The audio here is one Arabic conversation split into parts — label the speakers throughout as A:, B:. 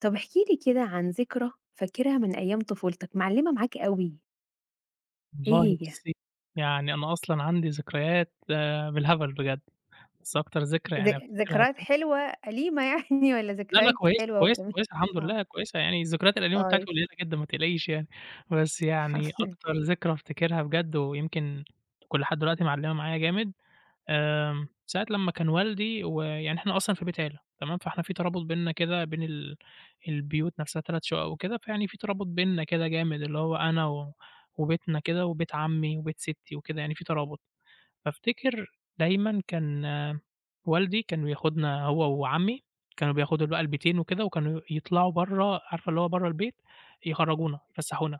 A: طب احكِ لي كده عن ذكرى فاكرها من أيام طفولتك، معلِّمة معاك أوي، إيه
B: والله
A: هي؟
B: بُصّي، يعني أنا أصلًا عندي ذكريات بالهبل بجد، بس أكتر ذكرى
A: ذ
B: يعني أفتكرها
A: ذكريات
B: كده.
A: حلوة أليمة يعني والّا
B: لا، لا
A: ذكريات
B: كويسة،
A: حلوة
B: كويسة،
A: وجميلة؟
B: كويسة الحمد
A: آه،
B: لله كويسة، يعني الذكريات القديمة بتاعتي
A: طيب
B: قليلة جدًا ما تقلقيش يعني، بس
A: الحمد
B: يعني
A: لله.
B: أكتر ذكرى أفتكرها بجد ويمكن تكون لحد دلوقتي معلّمة معايا جامد. ساعة لمّا كان والدي ويعني إحنا أصلًا في بيت عيلة تمام، فإحنا في ترابط بيننا كده بين البيوت نفسها 3 شقق وكده، فيعني في ترابط بيننا كده جامد، اللي هو أنا وبيتنا كده وبيت عمي وبيت ستي وكده، يعني في ترابط. فافتكر دايمًا كان آه، والدي كان بياخدنا هو وعمي، كانوا بياخدوا بقى البيتين وكده وكانوا يطلعوا برّه عارفة اللي هو برّه البيت، يخرّجونا، يفسّحونا،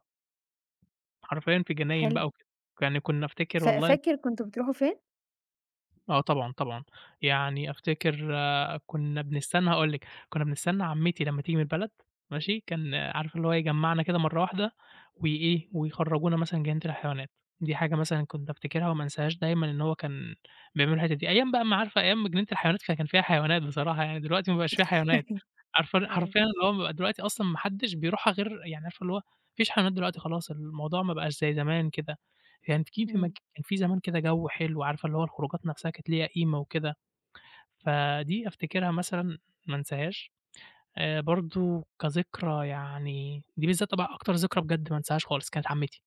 B: حرفيًا في جناين
A: حلو.
B: بقى وكده. يعني كنا أفتكر
A: ف
B: والله
A: فاكر كنتم بتروحوا فين؟
B: آه طبعًا، طبعًا. يعني أفتكر آه، كُنّا بنستنى هاقول لِك، كُنّا بنستنى عمّتي لمّا تيجي من البلد ماشي، كان عارفة اللي هو يجمّعنا كده مرّة واحدة وإيه، ويخرّجونا مثلًا جنينة الحيوانات، دي حاجة مثلًا كنت أفتكرها وما أنساهاش دايمًا إن هو كان بيعملوا الحتّة دي، أيام بقى ما عارفة أيام جنينة الحيوانات كان فيها حيوانات بصراحة يعني، دلوقتي ما بقاش فيها حيوانات. عارفة
A: أيوه.
B: حرفيًا اللي هو بيبقى دلوقتي أصلًا ما حدّش بيروحها غير يعني عارفة اللي هو ما فيش حيوانات دلوقتي خلاص، الموضوع ما بقاش زي زمان كده. يعني في في مج
A: إمم.
B: كان في زمان كده جو حلو، عارفة اللي هو الخروجات نفسها كانت ليها قيمة وكده، فدي أفتكرها مثلًا ما انساهاش. برضه كذكرى يعني دي بالذات طبعًا أكتر ذكرى بجد ما انساهاش خالص، كانت عمتي.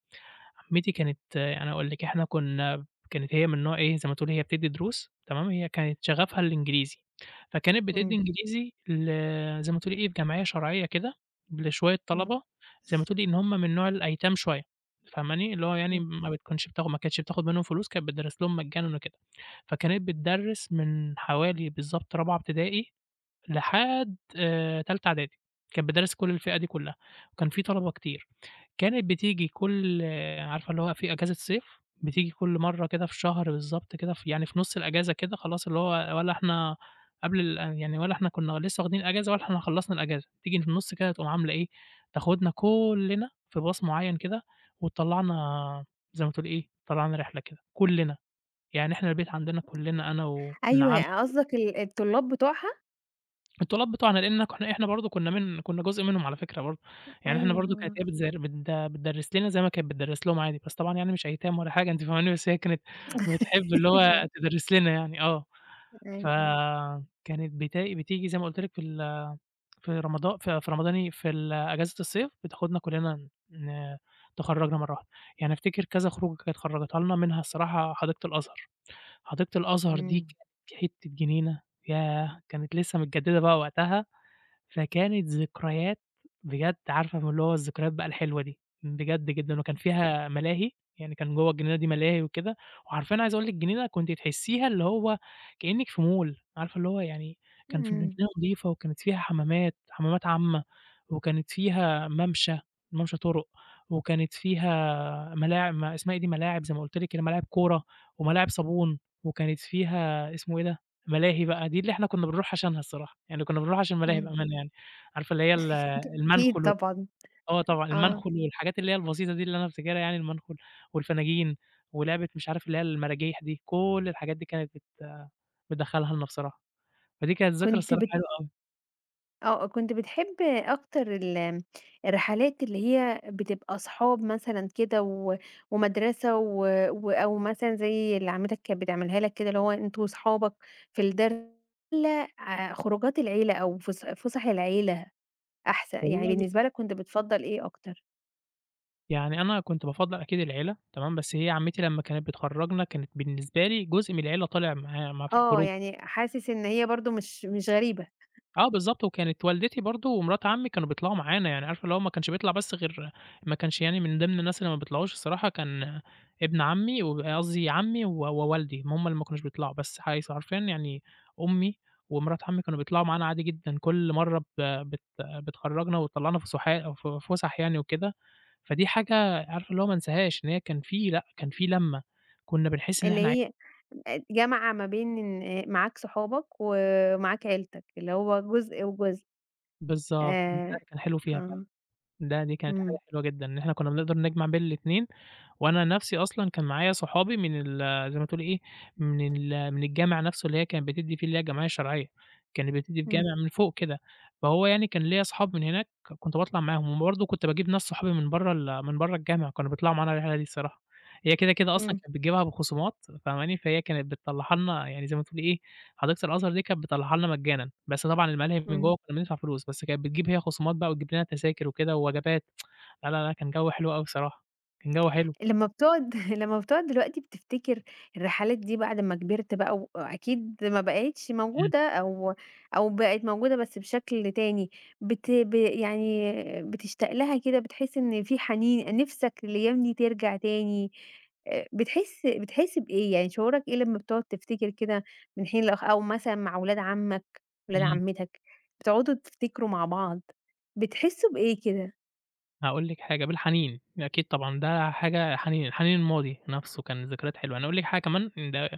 B: عمتي كانت أنا أقول لِك إحنا كنا كانت هي من نوع إيه، زي ما تقولي هي بتدّي دروس تمام، هي كانت شغفها الإنجليزي، فكانت بتدّي
A: إمم،
B: إنجليزي زي ما تقولي إيه، في جمعية شرعية كده لشوية
A: إمم،
B: طلبة، زي ما تقولي إن هم من نوع الأيتام شوية، فاهماني؟ اللي هو يعني
A: إمم.
B: ما كانتش بتاخد منهم فلوس، كانت بتدرس لهم مجانًا وكده، فكانت بتدرس من حوالي بالضبط رابعة ابتدائي لحد تالتة إعدادي، كانت بادرس كل الفئة دي كلّها، وكان في طلبة كتير، كانت بتيجي كل آه، عارفة اللي هو في إجازة صيف، بتيجي كل مرّة كده في شهر بالضبط كده في يعني في نُص الإجازة كده خلاص اللي هو ولا إحنا قبل ال يعني ولا إحنا كنا لسه واخدين إجازة ولا إحنا خلّصنا الإجازة، تيجي في النُص كده تقوم عاملة إيه، تاخدنا كلّنا في باص معيّن كده وتطلّعنا زي ما تقولي إيه، تطلّعنا رحلة كده كلّنا، يعني إحنا البيت عندنا كلّنا أنا وابن عمي
A: أيوه، قصدك الطلاب بتوعها؟
B: الطلاب بتوعنا لإن إحنا برضه كنا كنا جزء منهم على فكرة برضه، يعني إحنا برضه كانت
A: أيوه.
B: هي بتزر بت بتدرس لنا زي ما كانت بتدرس لهم عادي، بس طبعًا يعني مش أيتام ولا حاجة أنتِ فاهماني، بس هي كانت بتحب اللي هو
A: أيوه،
B: تدرس لنا يعني آه،
A: أيوه.
B: فكانت بتيجي زي ما قُلت لِك في رمضان في رمضاني في أجازة الصيف بتاخدنا كلنا تخرّجنا مرة واحدة، يعني أفتكر كذا خروجة كانت خرّجتها لنا منها الصراحة حديقة الأزهر، حديقة الأزهر دي
A: إمم.
B: كانت حتّة جنينة، ياه! كانت لسه متجددة بقى وقتها. فكانت ذكريات بجد عارفة م اللي هو الذكريات بقى الحلوة دي، بجد جدًا، وكان فيها ملاهي، يعني كان جوّه الجنينة دي ملاهي وكده، وحرفيًا عايز أقول لِك الجنينة كنتِ تحسّيها اللي هو كإنِّك في mall عارفة اللي هو يعني كان في الجنينة
A: إمم،
B: نضيفة وكانت فيها حمامات، حمامات عامة، وكانت فيها ممشى، ممشى طُرُق، وكانت فيها ملاع ما اسمها إيه دي، ملاعب زي ما قُلت لِك، كده، ملاعب كورة وملاعب صابون، وكانت فيها اسمه إيه ده، ملاهي بقى، دي اللي إحنا كنّا بنروح عشانها الصراحة، يعني كنّا بنروح عشان الملاهي
A: إمم.
B: بأمانة يعني، عارفة اللي هي
A: أكيد
B: المنخل
A: طبعًا،
B: آه طبعًا،
A: آه.
B: المنخل والحاجات اللي هي البسيطة دي اللي أنا فاكرها يعني المنخل والفناجين ولعبة مش عارف اللي هي المراجيح دي، كل الحاجات دي كانت بت بتدخّلها لنا بصراحة، فدي كانت ذكرى
A: كنت
B: الصراحة
A: بت
B: حلوة أوي.
A: آه، كنت بتحب أكتر الرحلات اللي هي بتبقى أصحاب مثلًا كده ومدرسة و و أو مثلًا زي اللي عمتك كانت بتعملها لك كده، اللي هو أنتم وصحابك في الدرس والّا خروجات العيلة أو فُسح العيلة أحسن؟ يعني
B: والله
A: بالنسبة
B: بُصّي،
A: لك كنت بتفضّل إيه أكتر؟
B: يعني أنا كنت بافضّل أكيد العيلة تمام، بس هي عمّتي لمّا كانت بتخرّجنا كانت بالنسبة لي جزء من العيلة طالع معايا مع في
A: آه،
B: الخروج
A: يعني حاسس إن هي برضه مش غريبة،
B: آه بالضبط، وكانت والدتي برضه ومرات عمي كانوا بيطلعوا معانا، يعني عارفة اللي هو ما كانش بيطلع بس غير ما كانش يعني من ضمن الناس اللي ما بيطلعوش الصراحة كان ابن عمي و قصدي عمي ووالدي، هم اللي ما كانوش بيطلعوا، بس حيث حرفيًا يعني أمي ومرات عمي كانوا بيطلعوا معانا عادي جدًا، كل مرّة ب بت بتخرّجنا وتطلّعنا فسحا ف فُسح يعني وكده، فدي حاجة عارفة اللي هو ما انساهاش، إن هي كان في لأ، كان في لَمّة، كنا بنحس إن إحنا
A: اللي هي جامعة ما بين إن معاك صحابك ومعاك عيلتك، اللي هو جزء وجزء.
B: بالضبط، ده
A: آآ
B: اللي كان حلو فيها فعلًا،
A: آه.
B: دي كانت حاجة
A: إمم،
B: حلوة جدًا، إن إحنا كنا بنقدر نجمع بين الاتنين وأنا نَفْسي أصلًا كان معايا صحابي من ال زي ما تقولي إيه، من الجامع نَفْسه اللي هي كانت بتدّي فيه اللي هي الجمعية الشرعية، كانت بتدّي في
A: إمم،
B: جامع من فوق كده، فهو يعني كان ليّا أصحاب من هناك كنت باطلع معاهم، وبرضه كنت باجيب ناس صحابي من برّه الجامع كانوا بيطلعوا معانا الرحلة دي الصراحة، هي كده، كده أصلًا
A: إمم،
B: كانت بتجيبها بخصومات فاهماني، فهي كانت بتطلّعها لنا يعني زي ما تقولي إيه، حديقة الأزهر دي كانت بتطلّعها لنا مجانا، بس طبعًا الملاهي من
A: إمم.
B: جوّه كنا بندفع فلوس، بس كانت بتجيب هي خصومات بقى وتجيب لنا تذاكر وكده ووجبات، لا، لا، لا، كان جَوّ حلو أوي بصراحة، كان جَوّ حلو.
A: لمّا بتقعد لمّا بتقعد دلوقتي بتفتكر الرحلات دي بعد ما كبرت بقى وأكيد ما بقِتش
B: إمم،
A: موجودة أو بقِت موجودة بس بشكل تاني، بت ب يعني بتشتاق لها كده، بتحس إن في حنين نِفْسك الأيام دي ترجع تاني، بتحس بإيه؟ يعني شعورك إيه لمّا بتقعد تفتكر كده من حين لآخر أو مثلًا مع ولاد عمّك، ولاد
B: إمم،
A: عمتك، بتقعدوا تفتكروا مع بعض، بتحسّوا بإيه كده؟
B: هاقول لِك حاجة، بالحنين، أكيد طبعًا، ده حاجة حنين، حنين الماضي نَفْسه كان ذكريات حلوة، أنا أقول لِك حاجة كمان ده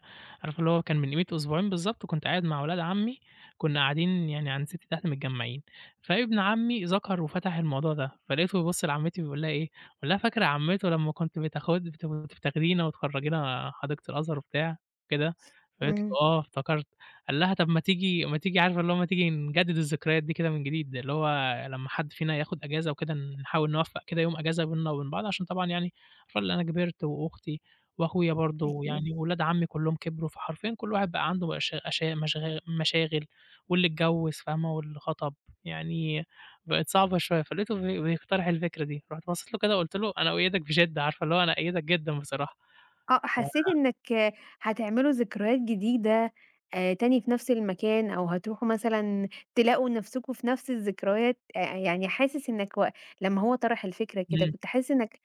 B: عارفة اللي هو كان من قيمة أسبوعين بالضبط كنت قاعد مع ولاد عمي، كنا قاعدين يعني عند ستي تحت متجمّعين، فابن عمي ذكر وفتح الموضوع ده، فلقيته بيبُص لعمتي بيقول لها إيه، بيقول لها: "فاكرة يا عمتو لمّا كنتِ بتاخدينا وتخرّجينا حديقة الأزهر وبتاع وكده؟" فقالت له:
A: إمم،
B: "آه، افتكرت." قال لها: "طَب ما تيجي ما تيجي" عارفة اللي هو ما تيجي نجدد الذكريات دي كده من جديد، اللي هو لمّا حد فينا ياخد أجازة وكده نحاول نوفّق كده يوم أجازة بيننا وبين بعض، عشان طبعًا يعني خلّي أنا كبرت وأختي وأخويا
A: احكِ
B: برضه
A: لي.
B: يعني وولاد عمي كلّهم كبروا، فحرفيًا كل واحد بقى عنده أش أشا مشغا مشاغل واللي اتجوّز فاهمة، واللي خطب، يعني بقت صعبة شوية، فلقيته بيقترح الفكرة دي، رُحت بصّيت له كده وقُلت له: "أنا أؤيّدك بشِدّة." عارفة اللي هو أنا أأيّدك جدًا بصراحة.
A: آه،
B: ف
A: حسيتِ إنِّك هتعملوا ذكريات جديدة تاني في نفس المكان أو هتروحوا مثلًا تلاقوا نفسكم في نفس الذكريات، يعني حاسس إنّك لمّا هو طرح الفكرة كده،
B: إمم.
A: كنت حاسس إنّك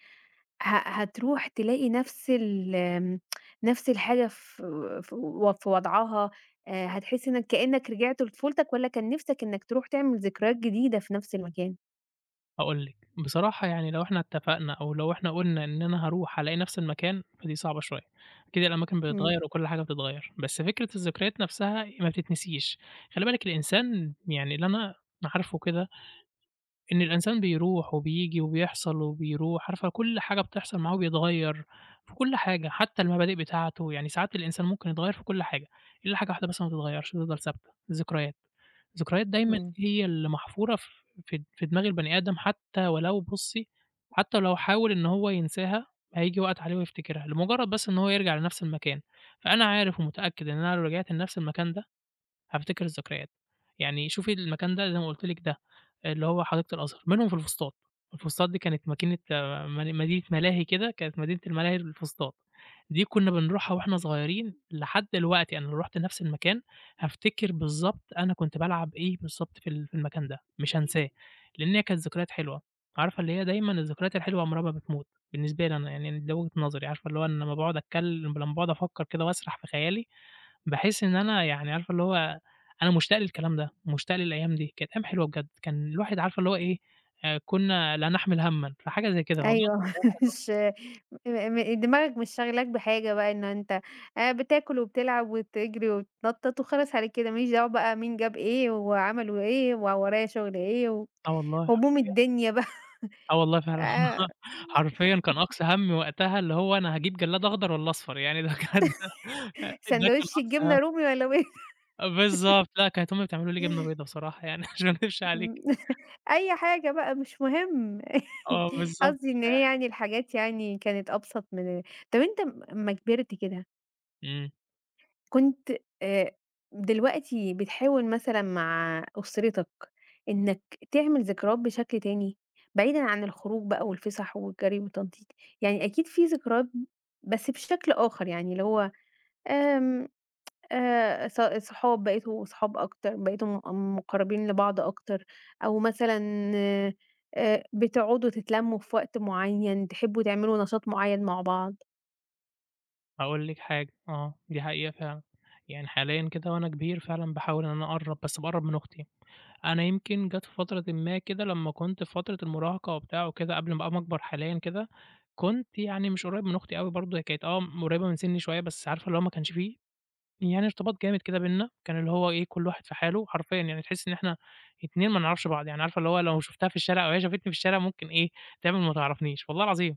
A: هتروح تلاقي نفس ال آمم، نفس الحاجة في وضعها، هتحس إنّك كإنّك رجعت لطفولتك والّا كان نِفْسك إنّك تروح تعمل ذكريات جديدة في نفس المكان؟
B: هاقول لِك، بصراحة يعني لو إحنا اتفقنا أو لو إحنا قُلنا إن أنا هاروح هالاقي نفس المكان، فدي صعبة شوية، أكيد الأماكن
A: إمم،
B: بتتغيّر وكل حاجة بتتغيّر، بس فكرة الذكريات نفسها ما بتتنسيش، خلّي بالِك الإنسان يعني اللي أنا عارفه كده إن الإنسان بيروح وبييجي وبيحصل وبيروح، عارفة كل حاجة بتحصل معاه وبيتغيّر في كل حاجة، حتى المبادئ بتاعته، يعني ساعات الإنسان ممكن يتغيّر في كل حاجة، إلا حاجة واحدة بس ما بتتغيّرش بتفضل ثابتة، الذكريات. الذكريات دايمًا
A: إمم.
B: هي اللي محفورة في دماغ البني آدم حتى ولو بُصّي، حتى لو حاول إن هو ينساها، هييجي وقت عليه ويفتكرها، لمجرد بس إن هو يرجع لنفس المكان، فأنا عارف ومتأكد إن أنا لو رجعت لنفس المكان ده هافتكر الذكريات. يعني شوفي المكان ده زي ما قُلت لِك ده، اللي هو حديقة الأزهر، منهم في الفسطاط. الفسطاط دي كانت ماكينة آه، من مدينة ملاهي كده، كانت مدينة الملاهي في الفسطاط. دي كُنّا بنروحها وإحنا صغيرين لحد دلوقتي أنا لو رُحت نفس المكان، هافتكر بالضبط أنا كنت بالعب إيه بالضبط في المكان ده، مش هانساه، لإن هي كانت ذكريات حلوة. عارفة اللي هي دايمًا الذكريات الحلوة عمرها ما بتموت، بالنسبة لي أنا يعني ده وجهة نظري، عارفة اللي هو أنا لمّا باقعد أفكّر كده وأسرح في خيالي باحس إن أنا يعني عارفة اللي هو أنا مشتاق للكلام ده، مشتاق للأيام دي، كانت أيام حلوة بجد، كان الواحد عارفة اللي هو إيه، كنا لا نحمل همًا، فحاجة زي كده والله
A: أيوه مش م م دماغك مش شاغلاك بحاجة بقى إن أنت بتاكل وبتلعب وبتجري وبتتنطط وخلاص على كده، ما ليش دعوة بقى مين جاب إيه وعملوا إيه وورايا شغل إيه
B: آه والله
A: وهموم
B: حرفيًا،
A: الدنيا بقى
B: آه والله فعلًا
A: آآ
B: حرفيًا كان أقصى همّي وقتها اللي هو أنا هاجيب جلاد أخضر والّا أصفر، يعني ده كان ده كان
A: ساندوتش
B: أقصى همّي
A: الجبنة رومي والّا وإيه
B: آه، بالضبط، لأ كانت أمي بتعمل لي جبنة بيضا بصراحة يعني عشان ما اكدبش عليكِ،
A: م أي حاجة بقى مش مهم
B: آه بالضبط،
A: قصدي إن هي
B: فيعني
A: يعني الحاجات يعني كانت أبسط من طب أنت أمّا كبرت كده
B: إمم.
A: كنت آآ دلوقتي بتحاول مثلًا مع أسرتك إنك تعمل ذكريات بشكل تاني، بعيدًا عن الخروج بقى والفسح والجري والتنطيط، يعني أكيد في ذكريات بس بشكل آخر يعني اللي هو آمم ص صحاب بقيتوا صحاب أكتر، بقيتوا مقربين لبعض أكتر، أو مثلًا بتقعدوا تتلموا في وقت معين، تحبوا تعملوا نشاط معين مع بعض.
B: هاقول لِك حاجة، آه، دي حقيقة فعلًا، يعني حاليًا كده وأنا كبير فعلًا باحاول إن أنا أقرّب، بس باقرّب من أختي. أنا يمكن جات في فترة ما كده لمّا كنت في فترة المراهقة وبتاع وكده قبل ما أقوم أكبر حاليًا كده، كنت يعني مش قريّب من أختي أوي برضه. هي كانت قريّبة من سنّي شوية، بس عارفة اللي هو ما كانش في يعني ارتباط جامد كده بيننا، كان اللي هو إيه كل واحد في حاله حرفيًا، يعني تحسّي إن إحنا اتنين ما نعرفش بعض، يعني عارفة اللي هو لو شُفتها في الشارع أو هي شافتني في الشارع ممكن إيه تعمل ما تعرفنيش، والله العظيم.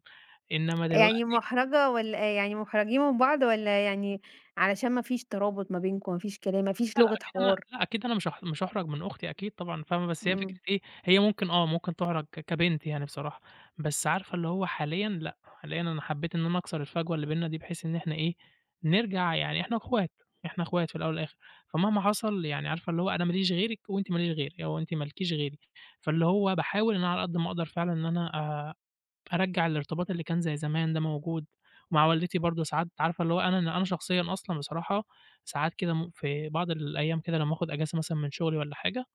B: إنّما
A: يعني
B: دلوقتي
A: مُحرَجة والّا يعني مُحرَجين من بعض والّا يعني علشان ما فيش ترابط ما بينكم، ما فيش كلام، ما فيش
B: لأ، لأ،
A: لغة
B: أكيد أنا
A: حوار؟
B: مش مش هاحرج من أختي أكيد طبعًا فاهمة، بس هي فكرة
A: إمم،
B: إيه، هي ممكن ممكن تُحرج كبنت يعني بصراحة، بس عارفة اللي هو حاليًا لأ، حاليًا أنا حبيت إن أنا أكسر الفجوة اللي بيننا دي بحيث إن إحنا إيه، نرجع يعني إحنا أخوات، إحنا أخوات في الأول والآخر، فمهما حصل يعني عارفة اللي هو أنا ما ليش غيرِك وأنتِ ما ليش غيري، أو أنتِ ما لكيش غيري، فاللي هو باحاول إن أنا على قد ما أقدر فعلًا إن أنا أرجّع الارتباط اللي كان زي زمان ده موجود، ومع والدتي برضه ساعات عارفة اللي هو أنا شخصيًا أصلًا بصراحة ساعات كده في بعض الأيام كده لمّا آخُد أجازة مثلًا من شُغلي والّا حاجة.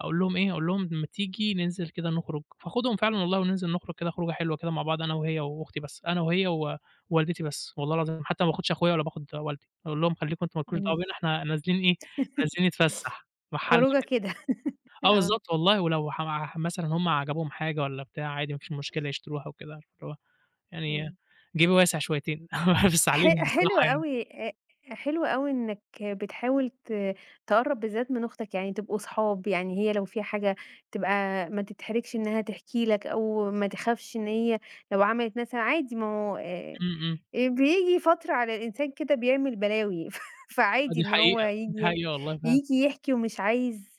B: أقول لهم إيه، أقول لهم: "ما تيجي ننزل كده نخرج." فاخدهم فعلًا والله وننزل نخرج كده خروجة حلوة كده مع بعض أنا وهي وأختي بس، أنا وهي ووالدتي بس. والله العظيم حتى ما باخدش أخويا ولا باخد والدي، أقول لهم: "خلّيكم أنتم ما لكوش دعوة
A: إمم،
B: بينا، إحنا نازلين إيه، نازلين نتفسّح، مع حالنا."
A: خروجة كده
B: آه
A: آه،
B: بالضبط والله، ولو ح ح مثلًا هم عجبهم حاجة والّا بتاع عادي ما فيش مشكلة يشتروها وكده، عارف اللي هو يعني
A: إمم،
B: جيبي واسع شويتين بس
A: ح
B: عليهم
A: حلو
B: بصراحة يعني
A: أوي حلو أوي إنك بتحاول تقرّب بالذات من أختك، يعني تبقوا صحاب، يعني هي لو فيها حاجة تبقى ما تتحرجش إنها تحكي لك أو ما
B: بالضبط.
A: تخافش إن هي لو عملت مثلًا عادي ما هو
B: إمم، إمم،
A: بييجي فترة على الإنسان كده بيعمل بلاوي ف
B: آه
A: فعادي
B: دي
A: إن هو
B: حقيقة، دي
A: ييجي
B: حقيقة والله فعلًا،
A: ييجي يحكي ومش عايز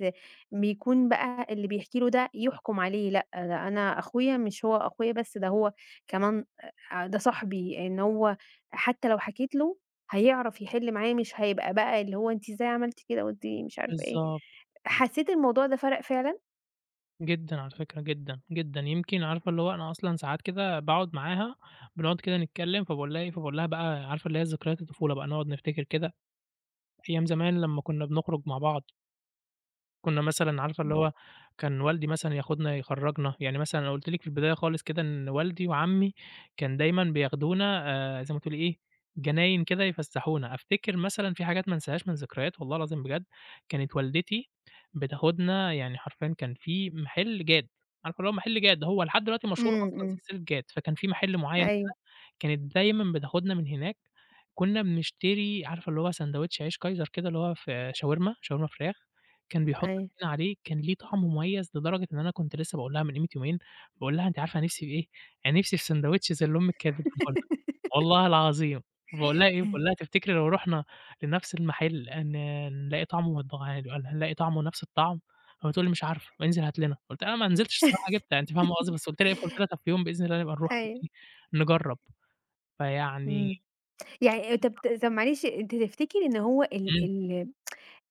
A: يكون بقى اللي بيحكي له ده يُحكُم عليه، لأ، ده أنا أخويا مش هو أخويا بس، ده هو كمان ده صاحبي، إن هو حتى لو حكيت له هيعرف يحِل معايا، مش هيبقى بقى اللي هو أنتِ إزاي عملتِ كده وأنتِ مش عارفة إيه.
B: بالضبط،
A: حسّيت الموضوع ده فرق فعلًا؟
B: جدًا على فكرة، جدًا، جدًا، يمكن عارفة اللي هو أنا أصلًا ساعات كده باقعد معاها، بنقعد كده نتكلم فباقول لها إيه، فباقول لها بقى عارفة اللي هي ذكريات الطفولة بقى، نقعد نفتكر كده أيام زمان لمّا كنا بنخرج مع بعض. كنا مثلًا عارفة اللي
A: إمم.
B: هو كان والدي مثلًا ياخدنا يخرّجنا، يعني مثلًا أنا قُلت لِك في البداية خالص كده إن والدي وعمي كان دايمًا بياخدونا زي ما تقولي إيه، جناين كده يفسّحونا. أفتكر مثلًا في حاجات ما انساهاش من ذكريات والله العظيم بجد، كانت والدتي بتاخدنا يعني حرفيًا كان في محل جاد، عارفة اللي هو محل جاد هو لحد دلوقتي مشهور
A: إمم،
B: أصلًا
A: إمم.
B: سلسلة جاد، فكان في محل معيّن
A: أيوه،
B: كانت دايمًا بتاخدنا من هناك، كنا بنشتري عارفة اللي هو ساندوتش عيش كايزر كده اللي هو ف شاورما، شاورما فراخ، كان بيحط
A: أيوه.
B: طحينة عليه، كان ليه طعم مميز لدرجة إن أنا كنت لسه باقول لها من قيمة يومين، باقول لها: "أنتِ عارفة أنا نفسي في إيه؟ أنا نفسي في ساندوتش زي اللي أمِك كانت بتجيبه لنا." والله العظيم، باقول لها إيه، باقول لها: "تفتكري لو رُحنا لنفس المحل هن هنلاقي طعمه متغ هنلاقي طعمه نفس الطعم؟" فبتقول لي: "مش عارفة، انزل هات لنا." قُلت لها: "ما نزلتش الصراحة جِبت." يعني أنتِ فاهمة قصدي، بس قُلت لها إيه، قُلت لها: "طب في يوم بإذن الله نبقى نروح كده
A: أيوه.
B: إيه، نجرّب." فيعني
A: إمم.
B: شوفي
A: يعني طب
B: ذكرى
A: ت طب معلش، أنت تفتكر إن هو ال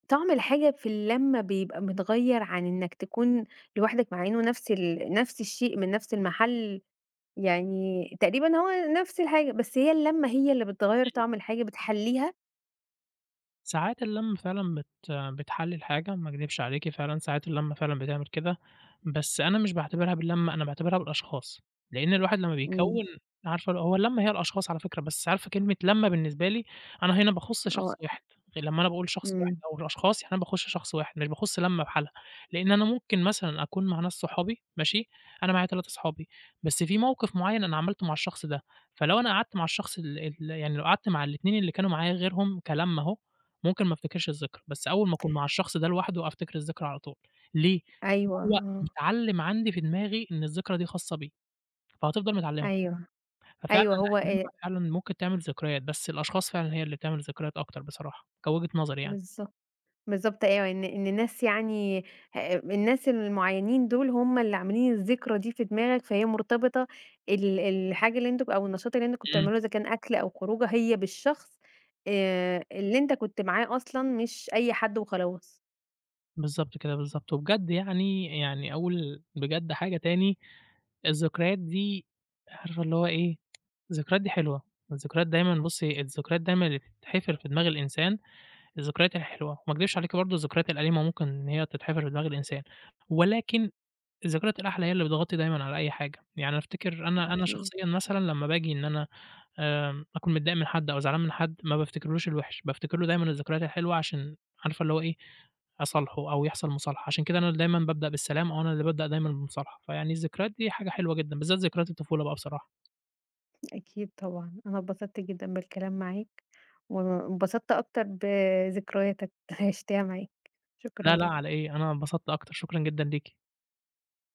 A: طعم الحاجة في اللمّة بيبقى متغيّر عن إنك تكون لوحدك، مع إنه نفس الشيء من نفس المحل، يعني تقريبًا هو نفس الحاجة، بس هي اللمّة هي اللي بتغيّر طعم الحاجة، بتحلّيها
B: ساعات اللمّة فعلًا بتحلّي الحاجة، ما اكدبش عليكِ فعلًا ساعات اللمّة فعلًا بتعمل كده، بس أنا مش باعتبرها باللمّة، أنا باعتبرها بالأشخاص، لإن الواحد لمّا
A: إمم.
B: بيكوّن عارفة هو اللمّة هي الأشخاص على فكرة، بس عارفة كلمة لمّة بالنسبة لي أنا هنا باخُص شخص
A: آه،
B: واحد، لمّا أنا باقول شخص واحد
A: إمم،
B: أو الأشخاص يعني أنا باخُش شخص واحد، مش باخُص لمّة بحالها، لإن أنا ممكن مثلًا أكون مع ناس صحابي ماشي، أنا معايا 3 صحابي، بس في موقِف معيّن أنا عملته مع الشخص ده، فلو أنا قعدت مع الشخص ال ال يعني لو قعدت مع ال2 اللي كانوا معايا غيرهم كلمّة أهو، ممكن ما افتكرش الذكرى، بس أول ما أكون مع الشخص ده لوحده أفتكر الذكرى على طول. ليه؟ لإن
A: أيوه،
B: هو
A: آه،
B: متعلّم عندي في دماغي إن الذكرى دي خاصة بيه، فهتفضل متعلّمها،
A: أيوه،
B: ففعلًا
A: أيوه
B: لأ
A: هو
B: اللمة فعلًا ممكن تعمل ذكريات، بس الأشخاص فعلًا هي اللي بتعمل ذكريات أكتر بصراحة، كوجهة نظري يعني،
A: بالضبط. بالضبط أيوه، إن الناس يعني الناس المعيّنين دول هم اللي عاملين الذكرى دي في دماغك، فهي مرتبطة الحاجة اللي أنتم أو النشاط اللي أنتم كنتوا
B: إمم،
A: بتعملوه إذا كان أكل أو خروجة هي بالشخص اللي أنت كنت معاه أصلًا مش أي حد وخلاص.
B: بالضبط كده، بالضبط، وبجد يعني أقول بجد حاجة تاني، الذكريات دي عارفة اللي هو إيه، الذكريات دي حلوة، الذكريات دايمًا بُصّي الذكريات دايمًا اللي بتتحفر في دماغ الإنسان الذكريات الحلوة، وما اكدبش عليكِ برضه الذكريات الأليمة ممكن إن هي تتحفر في دماغ الإنسان، ولكن الذكريات الأحلى هي اللي بتغطي دايمًا على أي حاجة، يعني أنا أفتكر أنا
A: أكيد،
B: شخصيًا مثلًا لمّا باجي إن أنا أكون متضايق من حد أو زعلان من حد، ما بافتكرلوش الوحش، بافتكر له دايمًا الذكريات الحلوة عشان عارفة اللي هو إيه، أصالحه أو يحصل مصالحة، عشان كده أنا دايمًا بابدأ بالسلام أو أنا اللي بابدأ دايمًا بالمصالحة، فيعني الذكريات دي حاجة حلوة جدًا، بالذات ذكريات الطفولة بقى بصراحة،
A: أكيد طبعًا. أنا اتبسطت جدًا بالكلام معاك، وانبسطت أكتر بذكرياتك اللي عِشتها معاك. شكرًا
B: لا، لا
A: جدًا.
B: على إيه، أنا انبسطت أكتر، شكرًا جدًا ليكِ.